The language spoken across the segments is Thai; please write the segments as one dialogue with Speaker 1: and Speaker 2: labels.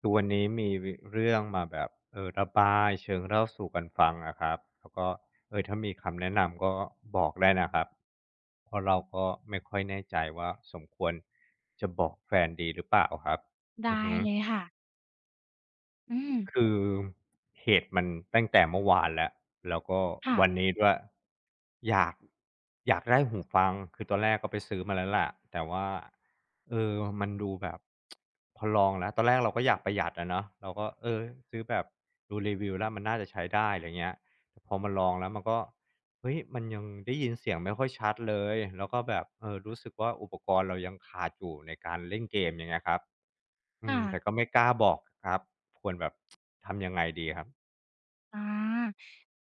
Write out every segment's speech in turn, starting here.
Speaker 1: คือวันนี้มีเรื่องมาแบบระบายเชิงเล่าสู่กันฟังอะครับแล้วก็ถ้ามีคำแนะนำก็บอกได้นะครับเพราะเราก็ไม่ค่อยแน่ใจว่าสมควรจะบอกแฟนดีหรือเปล่าครับอือ
Speaker 2: ได้
Speaker 1: ฮึ
Speaker 2: เลยค่ะ อืม
Speaker 1: คือเหตุมันตั้งแต่เมื่อวานแล้วแล้วก็
Speaker 2: ค่ะ
Speaker 1: วันนี้ด้วยอยากอยากได้หูฟังคือตอนแรกก็ไปซื้อมาแล้วแหละแต่ว่าเออมันดูแบบพอลองแล้วตอนแรกเราก็อยากประหยัดอะเนาะเราก็ซื้อแบบดูรีวิวแล้วมันน่าจะใช้ได้อะไรเงี้ยแต่พอมาลองแล้วมันก็เฮ้ยมันยังได้ยินเสียงไม่ค่อยชัดเลยแล้วก็แบบรู้สึกว่าอุปกรณ์เรายังขาดอยู่ในการเล่นเกมอย่างเงี้ยครับ อื
Speaker 2: ค่ะ
Speaker 1: มแต่ก็ไม่กล้าบอกครับควรแบบทำยังไงดีครับ
Speaker 2: อา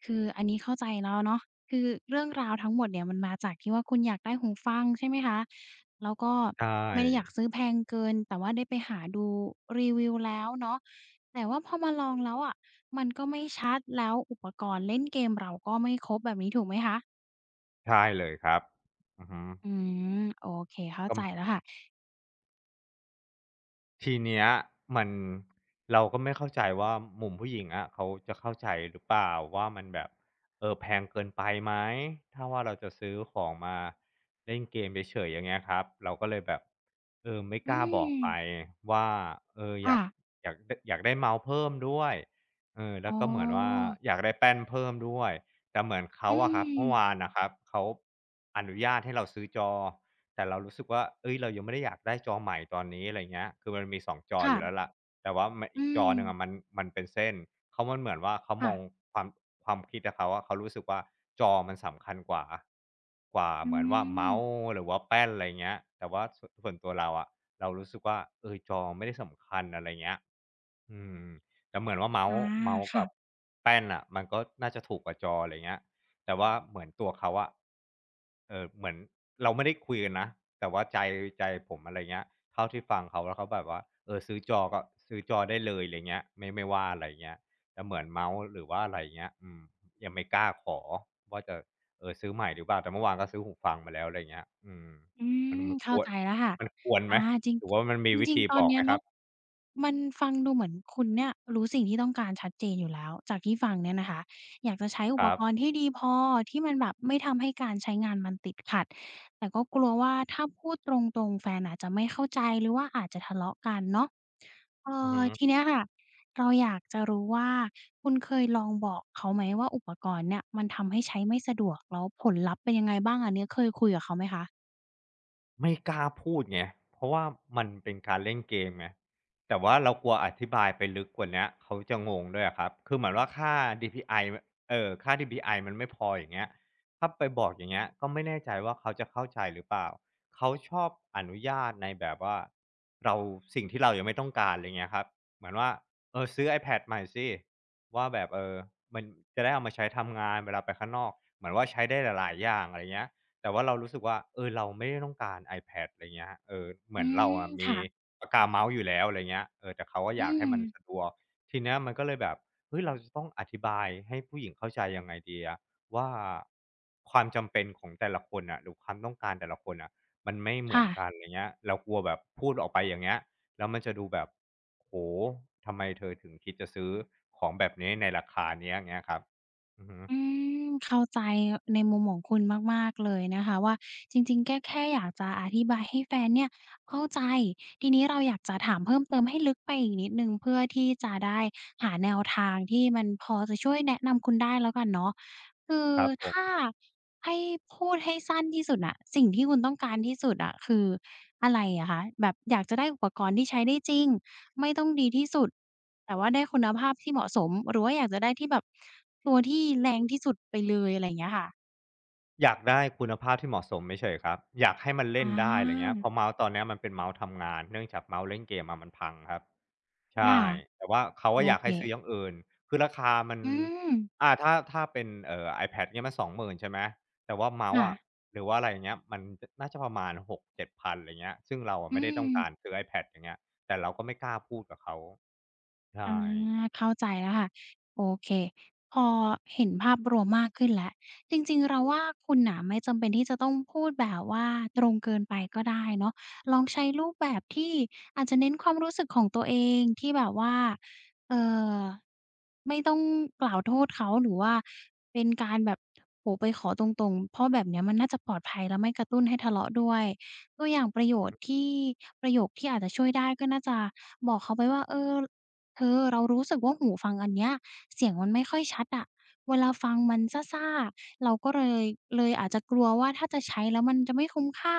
Speaker 2: คืออันนี้เข้าใจแล้วเนาะคือเรื่องราวทั้งหมดเนี่ยมันมาจากที่ว่าคุณอยากได้หูฟังใช่ไหมคะแล้วก็
Speaker 1: ใช
Speaker 2: ไม่ได้อยาก
Speaker 1: ่
Speaker 2: ซื้อแพงเกินแต่ว่าได้ไปหาดูรีวิวแล้วเนาะแต่ว่าพอมาลองแล้วอะมันก็ไม่ชัดแล้วอุปกรณ์เล่นเกมเราก็ไม่ครบแบบนี้ถูกไหมคะ
Speaker 1: ใช่เลยครับอือฮึ
Speaker 2: อืมโอเคเข้า
Speaker 1: ก็
Speaker 2: ใจแล้วค่ะ
Speaker 1: ทีเนี้ยมันเราก็ไม่เข้าใจว่ามุมผู้หญิงอะเขาจะเข้าใจหรือเปล่าว่ามันแบบแพงเกินไปไหมถ้าว่าเราจะซื้อของมาเล่นเกมเฉยๆอย่างเงี้ยครับเราก็เลยแบบไม่
Speaker 2: อื
Speaker 1: กล้าบอกไป
Speaker 2: ม
Speaker 1: ว่าเอออ
Speaker 2: ค่ะ
Speaker 1: ยากอยากได้เมาส์เพิ่มด้วยแล้
Speaker 2: อ๋
Speaker 1: ว
Speaker 2: อ
Speaker 1: ก็เหมือนว่าอยากได้แป้นเพิ่มด้วยแต่เหมือน
Speaker 2: อื
Speaker 1: เขาอะครับเมื่
Speaker 2: ม
Speaker 1: อวานน่ะครับเขาอนุญาตให้เราซื้อจอ แต่เรารู้สึกว่าเฮ้ยเรายังไม่ได้อยากได้จอใหม่ตอนนี้อะไรเงี้ยคือมันมีสองจออ
Speaker 2: ค่ะ
Speaker 1: ยู่แล้วล่ะแต่ว่ามัน
Speaker 2: อื
Speaker 1: อีกจอ
Speaker 2: ม
Speaker 1: หนึ่งอะมันเป็นเส้นเขามันเหมือนว่าเขาม
Speaker 2: ค่ะ
Speaker 1: องความความคิดอะเขาอะเขารู้สึกว่าจอมันสำคัญกว่ากว่า
Speaker 2: อื
Speaker 1: เหมือนว่า
Speaker 2: ม
Speaker 1: เมาส์หรือว่าแป้นอะไรเงี้ยแต่ว่าส่วนตัวเราอะเรารู้สึกว่าจอไม่ได้สำคัญอะไรเงี้ยอืมแต่เหมือนว่าเมา
Speaker 2: อา
Speaker 1: ส์เมาส์
Speaker 2: ค่ะ
Speaker 1: กับแป้นน่ะมันก็น่าจะถูกกว่าจออะไรเงี้ย แต่ว่าเหมือนตัวเขาอะเหมือนเราไม่ได้คุยกันนะ แต่ว่าใจผมอะไรเงี้ยเท่าที่ฟังเขาแล้วเขาแบบว่า ซื้อจอก็ซื้อจอได้เลยอะไรเงี้ยไม่ว่าอะไรเงี้ยแต่เหมือนเมาส์หรือว่าอะไรเงี้ยอืมยังไม่กล้าขอว่าจะซื้อใหม่หรือเปล่าแต่เมื่อวานก็ซื้อหูฟังมาแล้วอะไรเงี้ยอืม
Speaker 2: อื
Speaker 1: มัน
Speaker 2: ม
Speaker 1: มันค
Speaker 2: เข้า
Speaker 1: วร
Speaker 2: ใจแล้วค่ะ
Speaker 1: มันควรไห
Speaker 2: อา
Speaker 1: ม
Speaker 2: จริง
Speaker 1: หรือว่ามันมี
Speaker 2: จ
Speaker 1: วิ
Speaker 2: ริง
Speaker 1: ธี
Speaker 2: ๆตอ
Speaker 1: บ
Speaker 2: น
Speaker 1: อก
Speaker 2: เนี้
Speaker 1: ไห
Speaker 2: ย
Speaker 1: มครั
Speaker 2: เนาะ
Speaker 1: บ
Speaker 2: มันฟังดูเหมือนคุณเนี่ยรู้สิ่งที่ต้องการชัดเจนอยู่แล้วจากที่ฟังเนี่ยนะคะอยากจะใช้อุ
Speaker 1: ค
Speaker 2: ป
Speaker 1: รั
Speaker 2: ก
Speaker 1: บ
Speaker 2: รณ์ที่ดีพอที่มันแบบไม่ทำให้การใช้งานมันติดขัดแต่ก็กลัวว่าถ้าพูดตรงๆแฟนอาจจะไม่เข้าใจหรือว่าอาจจะทะเลาะกันเนาะ
Speaker 1: อือฮึ
Speaker 2: ทีเนี้ยค่ะเราอยากจะรู้ว่าคุณเคยลองบอกเขาไหมว่าอุปกรณ์เนี่ยมันทำให้ใช้ไม่สะดวกแล้วผลลัพธ์เป็นยังไงบ้างอันเนี้ยเคยคุยกับเขาไหมคะ
Speaker 1: ไม่กล้าพูดไงเพราะว่ามันเป็นการเล่นเกมไงแต่ว่าเรากลัวอธิบายไปลึกกว่าเนี้ยเขาจะงงด้วยอะครับคือเหมือนว่าค่า DPI มเอ่อค่า DPI มันไม่พออย่างเงี้ยถ้าไปบอกอย่างเงี้ยก็ไม่แน่ใจว่าเขาจะเข้าใจหรือเปล่าเขาชอบอนุญาตในแบบว่าเราสิ่งที่เรายังไม่ต้องการไรเงี้ยครับเหมือนว่าซื้อ iPad ใหม่สิว่าแบบมันจะได้เอามาใช้ทำงานเวลาไปข้างนอกเหมือนว่าใช้ได้หลายๆอย่างอะไรเงี้ย แต่ว่าเรารู้สึกว่าเราไม่ได้ต้องการ iPad อะไรเงี้ยเห
Speaker 2: อื
Speaker 1: มือนเรา
Speaker 2: ม
Speaker 1: อะมี
Speaker 2: ค่ะ
Speaker 1: ปากกาเมาส์อยู่แล้วอะไรเงี้ยแต่เขาอะ
Speaker 2: อื
Speaker 1: อยากให้
Speaker 2: ม
Speaker 1: มันสะดวกทีเนี้ยมันก็เลยแบบเฮ้ยเราจะต้องอธิบายให้ผู้หญิงเข้าใจยังไงดีอะว่าความจำเป็นของแต่ละคนน่ะหรือความต้องการแต่ละคนน่ะมันไม่เหมือนกัน
Speaker 2: ค่ะ
Speaker 1: ไรเงี้ยเรากลัวแบบพูดออกไปอย่างเงี้ยแล้วมันจะดูแบบโอ้โฮทำไมเธอถึงคิดจะซื้อของแบบนี้ในราคาเนี้ยเงี้ยครับอือฮึ
Speaker 2: อืมเข้าใจในมุมของคุณมากๆเลยนะคะว่าจริงๆแก้แค่อยากจะอธิบายให้แฟนเนี่ยเข้าใจทีนี้เราอยากจะถามเพิ่มเติมให้ลึกไปอีกนิดหนึ่งเพื่อที่จะได้หาแนวทางที่มันพอจะช่วยแนะนำคุณได้แล้วกันเนาะคือ
Speaker 1: ครับผ
Speaker 2: ถ้า
Speaker 1: ม
Speaker 2: ให้พูดให้สั้นที่สุดน่ะสิ่งที่คุณต้องการที่สุดอะคืออะไรอะคะแบบอยากจะได้อุปกรณ์ที่ใช้ได้จริงไม่ต้องดีที่สุด แต่ว่าได้คุณภาพที่เหมาะสมหรือว่าอยากจะได้ที่แบบตัวที่แรงที่สุดไปเลยอะไรอย่างเงี้ยค่ะ
Speaker 1: อยากได้คุณภาพที่เหมาะสมไม่เฉยๆครับอยากให้มันเล่น
Speaker 2: อา
Speaker 1: ได้อะไรเงี้ยเพราะเมาส์ตอนเนี้ยมันเป็นเมาส์ทำงานเนื่องจากเมาส์เล่นเกมมามันพังครับใช่
Speaker 2: ค่ะ
Speaker 1: แต่ว่าเขา
Speaker 2: โอ
Speaker 1: ว่าอยาก
Speaker 2: เค
Speaker 1: ให้ซื้ออย่างอื่นคือราคามัน
Speaker 2: อืม
Speaker 1: อ่าถ้าเป็นiPad เนี่ยมัน20,000ใช่ไหมแต่ว่าเมาส์อะ
Speaker 2: ค่ะ
Speaker 1: หรือว่าอะไรอยเงี้ยมันน่าจะประมาณ6็ดพ7นอะไรเงี้ยซึ่งเราอะ
Speaker 2: อื
Speaker 1: ไม่ได้ต้อ
Speaker 2: ม
Speaker 1: งการซื้อ iPad อย่างเงี้ยแต่เราก็ไม่กล้าพูดกับเขา
Speaker 2: อา
Speaker 1: ใช่
Speaker 2: เข้าใจแล้วค่ะโอเคพอเห็นภาพรวมมากขึ้นแล้วจริงๆเราว่าคุณน่ะไม่จำเป็นที่จะต้องพูดแบบว่าตรงเกินไปก็ได้เนาะลองใช้รูปแบบที่อาจจะเน้นความรู้สึกของตัวเองที่แบบว่าเอ่อไม่ต้องกล่าวโทษเขาหรือว่าเป็นการแบบโอ้โฮไปขอตรงๆเพราะแบบเนี้ยมันน่าจะปลอดภัยและไม่กระตุ้นให้ทะเลาะด้วยตัวอย่างประโยชน์ที่ประโยคที่อาจจะช่วยได้ก็น่าจะบอกเขาไปว่าเออ เธอเรารู้สึกว่าหูฟังอันเนี้ยเสียงมันไม่ค่อยชัดอะเวลาฟังมันซ่าๆเราก็เลยเลยอาจจะกลัวว่าถ้าจะใช้แล้วมันจะไม่คุ้มค่า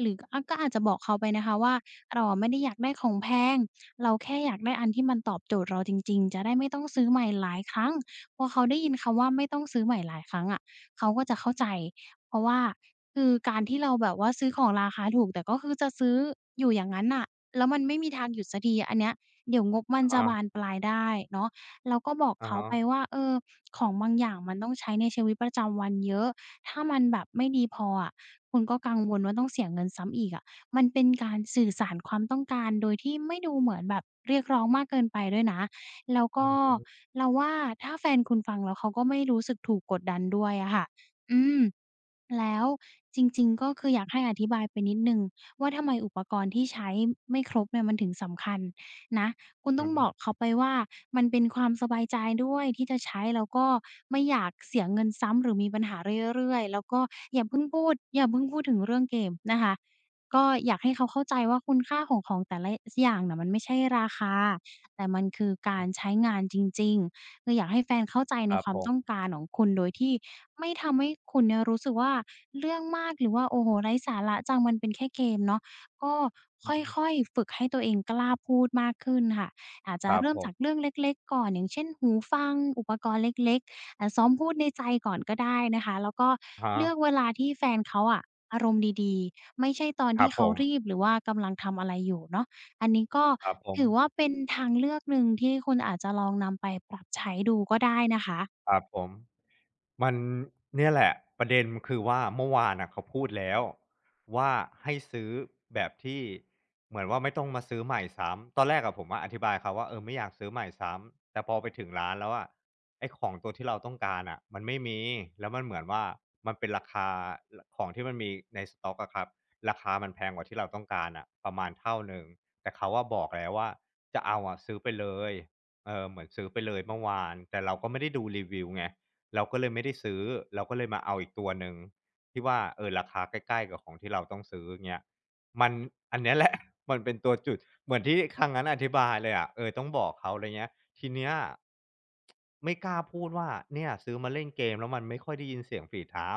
Speaker 2: หรืออาก็อาจจะบอกเขาไปนะคะว่าเราอะไม่ได้อยากได้ของแพงเราแค่อยากได้อันที่มันตอบโจทย์เราจริงๆจะได้ไม่ต้องซื้อใหม่หลายครั้งพอเขาได้ยินคำว่าไม่ต้องซื้อใหม่หลายครั้งอะเขาก็จะเข้าใจเพราะว่าคือการที่เราแบบว่าซื้อของราคาถูกแต่ก็คือจะซื้ออยู่อย่างนั้นอ่ะแล้วมันไม่มีทางหยุดสักทีอันเนี้ย เดี๋ยวงบมัน
Speaker 1: อะ
Speaker 2: จะ
Speaker 1: ฮะ
Speaker 2: บานปลายได้เนาะเราก็บอก
Speaker 1: อา
Speaker 2: เขา
Speaker 1: ฮะ
Speaker 2: ไปว่าเออของบางอย่างมันต้องใช้ในชีวิตประจำวันเยอะถ้ามันแบบไม่ดีพออะคุณก็กังวลว่าต้องเสียเงินซ้ำอีกอะมันเป็นการสื่อสารความต้องการโดยที่ไม่ดูเหมือนแบบเรียกร้องมากเกินไปด้วยนะแล้ว
Speaker 1: อื
Speaker 2: ก็
Speaker 1: มอม
Speaker 2: เราว่าถ้าแฟนคุณฟังแล้วเขาก็ไม่รู้สึกถูกกดดันด้วยอะค่ะอืม แล้วจริงๆก็คืออยากให้อธิบายไปนิดหนึ่งว่าทำไมอุปกรณ์ที่ใช้ไม่ครบเนี่ยมันถึงสำคัญนะคุณต้
Speaker 1: อื
Speaker 2: องบอ
Speaker 1: ม
Speaker 2: กเขาไปว่ามันเป็นความสบายใจด้วยที่จะใช้แล้วก็ไม่อยากเสียเงินซ้ำหรือมีปัญหาเรื่อยๆแล้วก็อย่าเพิ่งพูดถึงเรื่องเกมนะคะก็อยากให้เขาเข้าใจว่าคุณค่าของของแต่ละสอย่างน่ะมันไม่ใช่ราคาแต่มันคือการใช้งานจริงๆ คืออยากให้แฟนเข้าใจ
Speaker 1: ค
Speaker 2: ใน
Speaker 1: รั
Speaker 2: ค
Speaker 1: บ
Speaker 2: วา
Speaker 1: ผ
Speaker 2: มต้อง
Speaker 1: ม
Speaker 2: การของคุณโดยที่ไม่ทำให้คุณเนี่ยรู้สึกว่าเรื่องมากหรือว่าโอ้โฮไร้สาระจังมันเป็นแค่เกมเนาะก็ค
Speaker 1: อืฮ
Speaker 2: ่อยๆฝึกให้ตัวเองกล้าพูดมากขึ้นค่ะอาจ
Speaker 1: ค
Speaker 2: จะ
Speaker 1: รับ
Speaker 2: เริ่ม
Speaker 1: ผม
Speaker 2: จากเรื่องเล็กๆก่อนอย่างเช่นหูฟังอุปกรณ์เล็กๆอ่าซ้อมพูดในใจก่อนก็ได้นะคะแล้วก็
Speaker 1: อาฮะ
Speaker 2: เลือกเวลาที่แฟนเขาอะอารมณ์ดีๆไม่ใช่ตอน
Speaker 1: ครั
Speaker 2: ที่
Speaker 1: บผ
Speaker 2: เขา
Speaker 1: ม
Speaker 2: รีบหรือว่ากำลังทำอะไรอยู่เนาะ อันนี้ก็
Speaker 1: ครับผม
Speaker 2: ถือว่าเป็นทางเลือกหนึ่งที่คุณอาจจะลองนำไปปรับใช้ดูก็ได้นะคะ
Speaker 1: ครับผมมันเนี่ยแหละประเด็นมันคือว่าเมื่อวานน่ะเขาพูดแล้วว่าให้ซื้อแบบที่เหมือนว่าไม่ต้องมาซื้อใหม่ซ้ำตอนแรกอะผมอะอธิบายเขาว่าเออไม่อยากซื้อใหม่ซ้ำแต่พอไปถึงร้านแล้วอะไอ้ของตัวที่เราต้องการอะมันไม่มีแล้วมันเหมือนว่ามันเป็นราคารของที่มันมีในสต็อกอะครับราคามันแพงกว่าที่เราต้องการอะประมาณเท่าหนึ่งแต่เขาอะบอกแล้วว่าจะเอาอะซื้อไปเลย เออเหมือนซื้อไปเลยเมื่อวานแต่เราก็ไม่ได้ดูรีวิวไงเราก็เลยไม่ได้ซื้อเราก็เลยมาเอาอีกตัวหนึ่งที่ว่าเออราคาใกล้ๆกับของที่เราต้องซื้อเงี้ยมันอันเนี้ย แหละ มันเป็นตัวจุดเหมือนที่ครั้งนั้นอธิบายเลยอะเออต้องบอกเขาอะไรเงี้ยทีเนี้ยไม่กล้าพูดว่าเนี่ยซื้อมาเล่นเกมแล้วมันไม่ค่อยได้ยินเสียงฝีเท้า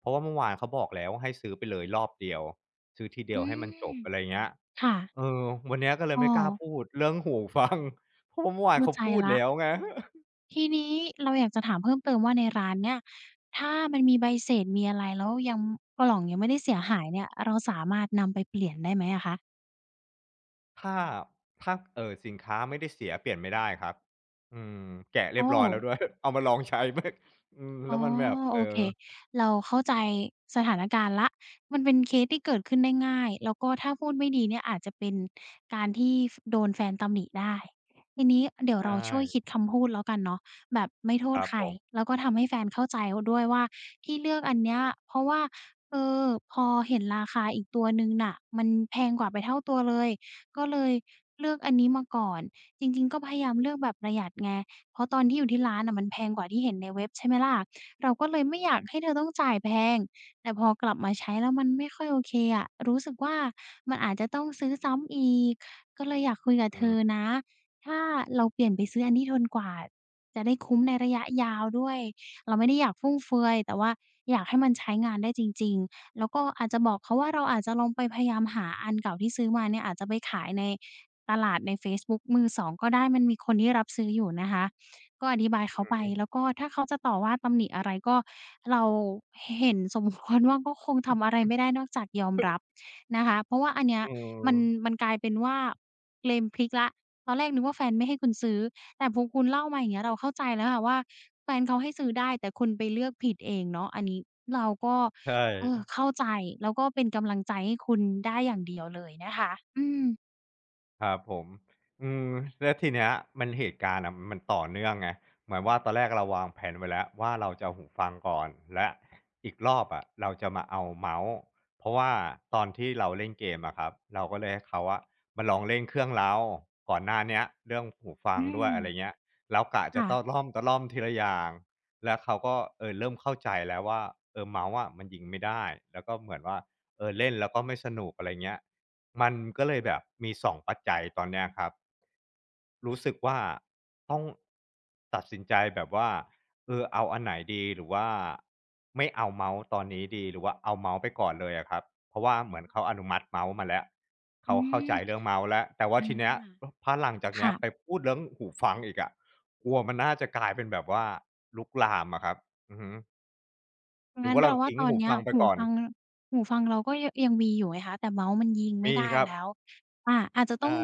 Speaker 1: เพราะว่าเมื่อวานเขาบอกแล้วให้ซื้อไปเลยรอบเดียวซื้อทีเดี
Speaker 2: อื
Speaker 1: ยวให้มันจ
Speaker 2: ม
Speaker 1: บอะไรเงี้ย
Speaker 2: ค่ะ
Speaker 1: เออ วันเนี้ยก็เลย
Speaker 2: อ้อ
Speaker 1: ไม่กล้าพูดเรื่องหูฟัง เพราะว่าเมื่อวาน
Speaker 2: เข้า
Speaker 1: เขา
Speaker 2: ใจ
Speaker 1: พูด
Speaker 2: แล้ว
Speaker 1: แล้วไง
Speaker 2: ทีนี้เราอยากจะถามเพิ่มเติมว่าในร้านเนี่ยถ้ามันมีใบเศษมีอะไรแล้วยังกล่องยังไม่ได้เสียหายเนี่ยเราสามารถนำไปเปลี่ยนได้ไหมอะคะ
Speaker 1: ถ้าถ้าสินค้าไม่ได้เสียเปลี่ยนไม่ได้ครับอืมแกะเรี
Speaker 2: โอ้
Speaker 1: ยบร้อยแล้วด้วย เอามาลองใช้ไม่อืม
Speaker 2: อ๋
Speaker 1: แล้
Speaker 2: อ
Speaker 1: วมันแบบ เอ
Speaker 2: โอ
Speaker 1: อ
Speaker 2: เคเราเข้าใจสถานการณ์แล้วมันเป็นเคสที่เกิดขึ้นได้ง่ายแล้วก็ถ้าพูดไม่ดีเนี่ยอาจจะเป็นการที่ฟโดนแฟนตำหนิได้ทีนี้เดี๋ยว
Speaker 1: ใช
Speaker 2: เราช่วยคิด
Speaker 1: ่
Speaker 2: คำพูดแล้วกันเนาะแบบไม่โท
Speaker 1: ค
Speaker 2: ษ
Speaker 1: รับ
Speaker 2: ใคร
Speaker 1: ผม
Speaker 2: แล้วก็ทำให้แฟนเข้าใจด้วยว่าที่เลือกอันเนี้ยเพราะว่าเออพอเห็นราคาอีกตัวหนึ่งน่ะมันแพงกว่าไปเท่าตัวเลยก็เลยเลือกอันนี้มาก่อนจริงๆก็พยายามเลือกแบบประหยัดไงเพราะตอนที่อยู่ที่ร้านน่ะมันแพงกว่าที่เห็นในเว็บใช่ไหมล่ะ เราก็เลยไม่อยากให้เธอต้องจ่ายแพง แต่พอกลับมาใช้แล้วมันไม่ค่อยโอเคอะรู้สึกว่ามันอาจจะต้องซื้อซ้ำอีก ก็เลยอยากคุยกับ
Speaker 1: อื
Speaker 2: เธ
Speaker 1: ม
Speaker 2: อนะถ้าเราเปลี่ยนไปซื้ออันที่ทนกว่าจะได้คุ้มในระยะยาวด้วยเราไม่ได้อยากฟุ่มเฟือยแต่ว่าอยากให้มันใช้งานได้จริงๆแล้วก็อาจจะบอกเขาว่าเราอาจจะลองไปพยายามหาอันเก่าที่ซื้อมาเนี่ยอาจจะไปขายในตลาดในเฟซบุ๊กมือสองก็ได้มันมีคนที่รับซื้ออยู่นะคะ ก็อธิบายเขาไปแล้วก็ถ้าเขาจะต่อว่าตำหนิอะไรก็เราเห็น สมควรว่าก็คงทำอะไรไม่ได้นอกจากยอมรับนะคะเพราะว่าอันเนี้ย
Speaker 1: อืม
Speaker 2: มันมันกลายเป็นว่าเกมพลิกแล้วตอนแรกนึกว่าแฟนไม่ให้คุณซื้อแต่พอคุณเล่ามาอย่างเงี้ยเราเข้าใจแล้วค่ะว่าแฟนเขาให้ซื้อได้แต่คุณไปเลือกผิดเองเนาะอันนี้เราก็
Speaker 1: ใช่
Speaker 2: เออเข้าใจแล้วก็เป็นกำลังใจให้คุณได้อย่างเดียวเลยนะคะอืม
Speaker 1: ครับผมอืมแล้วทีเนี้ยมันเหตุการณ์อะมันต่อเนื่องไงเหมือนว่าตอนแรกเราวางแผนไว้แล้วว่าเราจะเอาหูฟังก่อนและอีกรอบอะเราจะมาเอาเมาส์เพราะว่าตอนที่เราเล่นเกมอะครับเราก็เลยให้เขาอะมาลองเล่นเครื่องเราก่อนหน้าเนี้ยเรื่องหูฟัง
Speaker 2: อื
Speaker 1: ด้วย
Speaker 2: ม
Speaker 1: อะไรเงี้ยเรากะจะ
Speaker 2: ค่ะ
Speaker 1: ตะล่อมตะล่อมทีละอย่างแล้วเขาก็เออเริ่มเข้าใจแล้วว่าเออเมาส์อะมันยิงไม่ได้แล้วก็เหมือนว่าเออเล่นแล้วก็ไม่สนุกอะไรเงี้ย มันก็เลยแบบมีสองปัจจัยตอนเนี้ยครับรู้สึกว่าต้องตัดสินใจแบบว่าเออเอาอันไหนดีหรือว่าไม่เอาเมาส์ตอนนี้ดีหรือว่าเอาเมาส์ไปก่อนเลยอะครับเพราะว่าเหมือนเขาอนุมัติเมาส์มาแล้ว
Speaker 2: อื
Speaker 1: เขาเข้า
Speaker 2: ม
Speaker 1: ใจเรื่องเมาส์แล้วแต่
Speaker 2: อ
Speaker 1: ว่าทีเนี้ยพ
Speaker 2: า
Speaker 1: พอหลังจากเนี้ย
Speaker 2: ค่ะ
Speaker 1: ไปพูดเรื่องหูฟังอีกอะกลัวมันน่าจะกลายเป็นแบบว่าลุกลามอะครับอือฮึหรือ
Speaker 2: งั้น
Speaker 1: ว่าเรา
Speaker 2: เราว่า
Speaker 1: ทิ้ง
Speaker 2: ตอน
Speaker 1: หู
Speaker 2: เนี้ย
Speaker 1: ฟังไป
Speaker 2: หู
Speaker 1: ก่อน
Speaker 2: ฟังหูฟังเราก็ยังมีอยู่ไงคะแต่เมาส์มันยิงไม่
Speaker 1: มี
Speaker 2: ได้
Speaker 1: ครับ
Speaker 2: แล้วอาจจะต้อ
Speaker 1: ใช่
Speaker 2: ง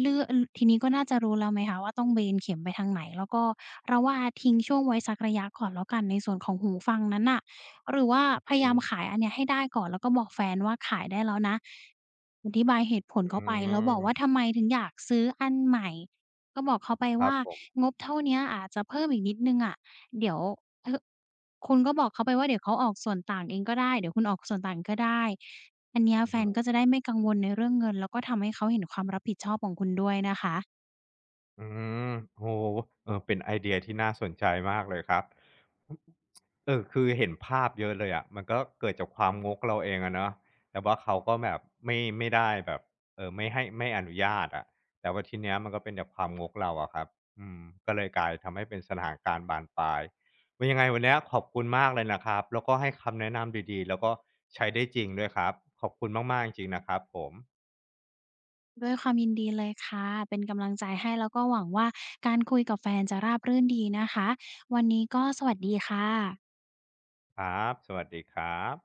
Speaker 2: เลือกอทีนี้ก็น่าจะรู้แล้วไหมคะว่าต้องเบนเข็มไปทางไหนแล้วก็เราว่าทิ้งช่วงไว้สักระยะก่อนแล้วกันในส่วนของหูฟังนั้นน่ะหรือว่าพ
Speaker 1: อื
Speaker 2: ยา
Speaker 1: อ
Speaker 2: ยาม
Speaker 1: ฮึ
Speaker 2: ขายอันเนี้ยให้ได้ก่อนแล้วก็บอกแฟนว่าขายได้แล้วนะอธิบายเหตุผลเขา
Speaker 1: อื
Speaker 2: ไปแล้วบอกว่า
Speaker 1: ม
Speaker 2: ทำไมถึงอยากซื้ออันใหม่ก็บอกเขาไป
Speaker 1: ครับ
Speaker 2: ว่า
Speaker 1: ผม
Speaker 2: งบเท่าเนี้ยอาจจะเพิ่มอีกนิดหนึ่งอะเดี๋ยวเธอ คุณก็บอกเขาไปว่าเดี๋ยวเขาออกส่วนต่างเองก็ได้เดี๋ยวคุณออกส่วนต่างก็ได้อันเนี้ย
Speaker 1: อือ
Speaker 2: แฟ
Speaker 1: ฮึ
Speaker 2: นก็จะได้ไม่กังวลในเรื่องเงินแล้วก็ทำให้เขาเห็นความรับผิดชอบของคุณด้วยนะคะ
Speaker 1: อืมโอ้โฮเออเป็นไอเดียที่น่าสนใจมากเลยครับเออคือเห็นภาพเยอะเลยอะมันก็เกิดจากความงกเราเองอะเนาะแต่ว่าเขาก็แบบไม่ได้แบบไม่ให้ไม่อนุญาตอะแต่ว่าทีเนี้ยมันก็เป็นจากความงกเราอะครับอืมก็เลยกลายทำให้เป็นสถานการณ์บานปลายว่ายังไงวันเนี้ยขอบคุณมากเลยนะครับแล้วก็ให้คำแนะนำดีๆแล้วก็ใช้ได้จริงด้วยครับขอบคุณมากๆจริงๆนะครับผม
Speaker 2: ด้วยความยินดีเลยค่ะเป็นกำลังใจให้แล้วก็หวังว่าการคุยกับแฟนจะราบรื่นดีนะคะวันนี้ก็สวัสดีค่ะ
Speaker 1: ครับสวัสดีครับ